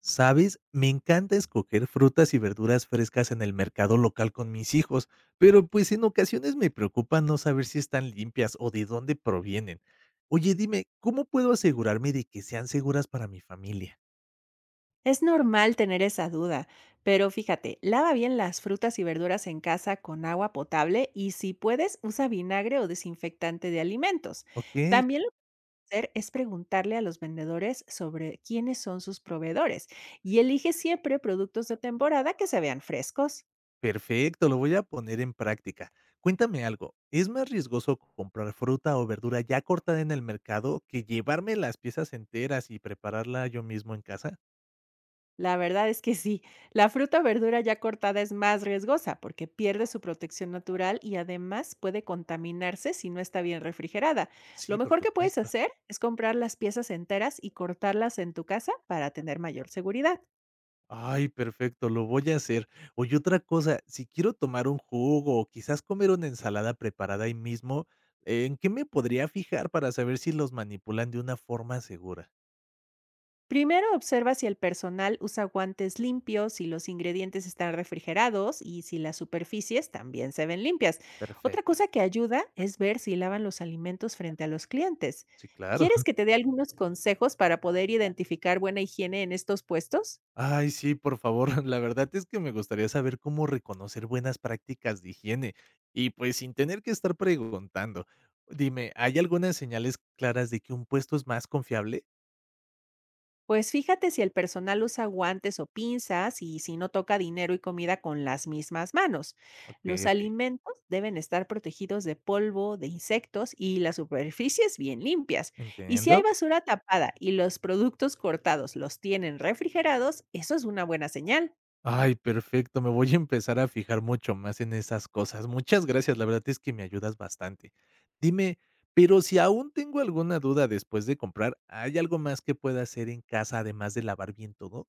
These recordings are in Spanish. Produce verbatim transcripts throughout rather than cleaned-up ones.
¿Sabes? Me encanta escoger frutas y verduras frescas en el mercado local con mis hijos, pero pues en ocasiones me preocupa no saber si están limpias o de dónde provienen. Oye, dime, ¿cómo puedo asegurarme de que sean seguras para mi familia? Es normal tener esa duda, pero fíjate, lava bien las frutas y verduras en casa con agua potable y si puedes, usa vinagre o desinfectante de alimentos. Ok, También lo que hacer es preguntarle a los vendedores sobre quiénes son sus proveedores y elige siempre productos de temporada que se vean frescos. perfecto, lo voy a poner en práctica. Cuéntame algo, ¿es más riesgoso comprar fruta o verdura ya cortada en el mercado que llevarme las piezas enteras y prepararla yo mismo en casa? La verdad es que sí, la fruta o verdura ya cortada es más riesgosa porque pierde su protección natural y además puede contaminarse si no está bien refrigerada. Lo Sí, por mejor que puedes supuesto. hacer es comprar las piezas enteras y cortarlas en tu casa para tener mayor seguridad. Ay, perfecto, lo voy a hacer. Oye, otra cosa, si quiero tomar un jugo o quizás comer una ensalada preparada ahí mismo, eh, ¿en qué me podría fijar para saber si los manipulan de una forma segura? Primero observa si el personal usa guantes limpios, si los ingredientes están refrigerados y si las superficies también se ven limpias. Otra Perfecto. cosa que ayuda es ver si lavan los alimentos frente a los clientes. Sí, claro. ¿Quieres que te dé algunos consejos para poder identificar buena higiene en estos puestos? Ay, sí, por favor. La verdad es que me gustaría saber cómo reconocer buenas prácticas de higiene y pues sin tener que estar preguntando. Dime, ¿hay algunas señales claras de que un puesto es más confiable? Pues fíjate si el personal usa guantes o pinzas y si no toca dinero y comida con las mismas manos. Ok, Los ok, alimentos deben estar protegidos de polvo, de insectos, y las superficies bien limpias. Y si hay entiendo. basura tapada y los productos cortados los tienen refrigerados, eso es una buena señal. Ay, perfecto. Me voy a empezar a fijar mucho más en esas cosas. Muchas gracias, la verdad es que me ayudas bastante. Dime, pero si aún tengo alguna duda después de comprar, ¿hay algo más que pueda hacer en casa además de lavar bien todo?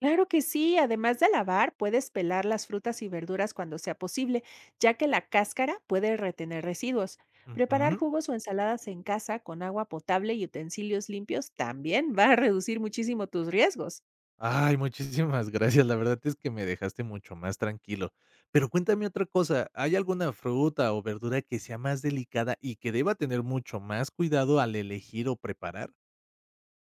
Claro que sí, además de lavar, puedes pelar las frutas y verduras cuando sea posible, ya que la cáscara puede retener residuos. Preparar Ujú. jugos o ensaladas en casa con agua potable y utensilios limpios también va a reducir muchísimo tus riesgos. Ay, muchísimas gracias. La verdad es que me dejaste mucho más tranquilo. Pero cuéntame otra cosa, ¿hay alguna fruta o verdura que sea más delicada y que deba tener mucho más cuidado al elegir o preparar?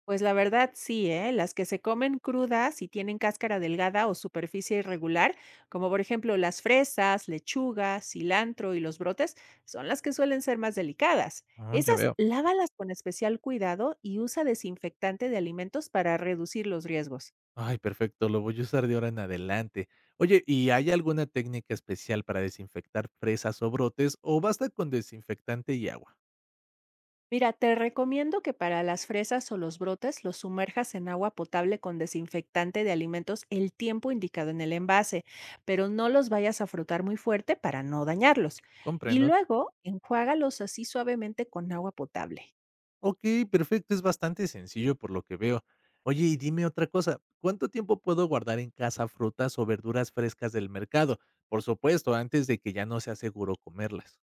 Pues la verdad sí, ¿eh? Las que se comen crudas y tienen cáscara delgada o superficie irregular, como por ejemplo las fresas, lechuga, cilantro y los brotes, son las que suelen ser más delicadas. Mm, ya Esas veo. lávalas con especial cuidado y usa desinfectante de alimentos para reducir los riesgos. Ay, perfecto, lo voy a usar de ahora en adelante. Oye, ¿y hay alguna técnica especial para desinfectar fresas o brotes o basta con desinfectante y agua? Mira, te recomiendo que para las fresas o los brotes los sumerjas en agua potable con desinfectante de alimentos el tiempo indicado en el envase, pero no los vayas a frotar muy fuerte para no dañarlos. Y Comprendo. luego enjuágalos así suavemente con agua potable. Ok, perfecto, es bastante sencillo por lo que veo. Oye, y dime otra cosa, ¿cuánto tiempo puedo guardar en casa frutas o verduras frescas del mercado? Por supuesto, antes de que ya no sea seguro comerlas.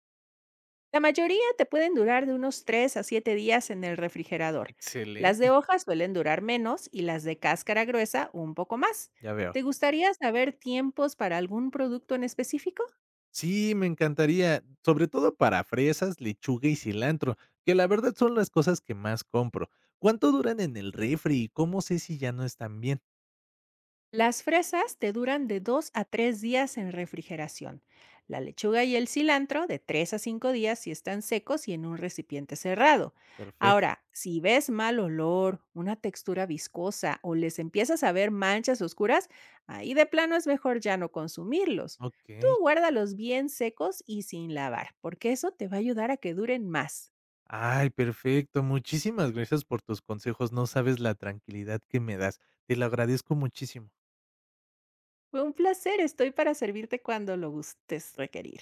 La mayoría te pueden durar de unos tres a siete días en el refrigerador. Las de Excelente, hojas suelen durar menos y las de cáscara gruesa un poco más. ya veo. ¿Te gustaría saber tiempos para algún producto en específico? Sí, me encantaría, sobre todo para fresas, lechuga y cilantro, que la verdad son las cosas que más compro. ¿Cuánto duran en el refri y cómo sé si ya no están bien? Las fresas te duran de dos a tres días en refrigeración. La lechuga y el cilantro de tres a cinco días si están secos y en un recipiente cerrado. Perfecto, Ahora, si ves mal olor, una textura viscosa o les empiezas a ver manchas oscuras, ahí de plano es mejor ya no consumirlos. Tú ok. guárdalos bien secos y sin lavar, porque eso te va a ayudar a que duren más. Ay, perfecto. Muchísimas gracias por tus consejos. No sabes la tranquilidad que me das. Te lo agradezco muchísimo. Fue un placer, estoy para servirte cuando lo gustes requerir.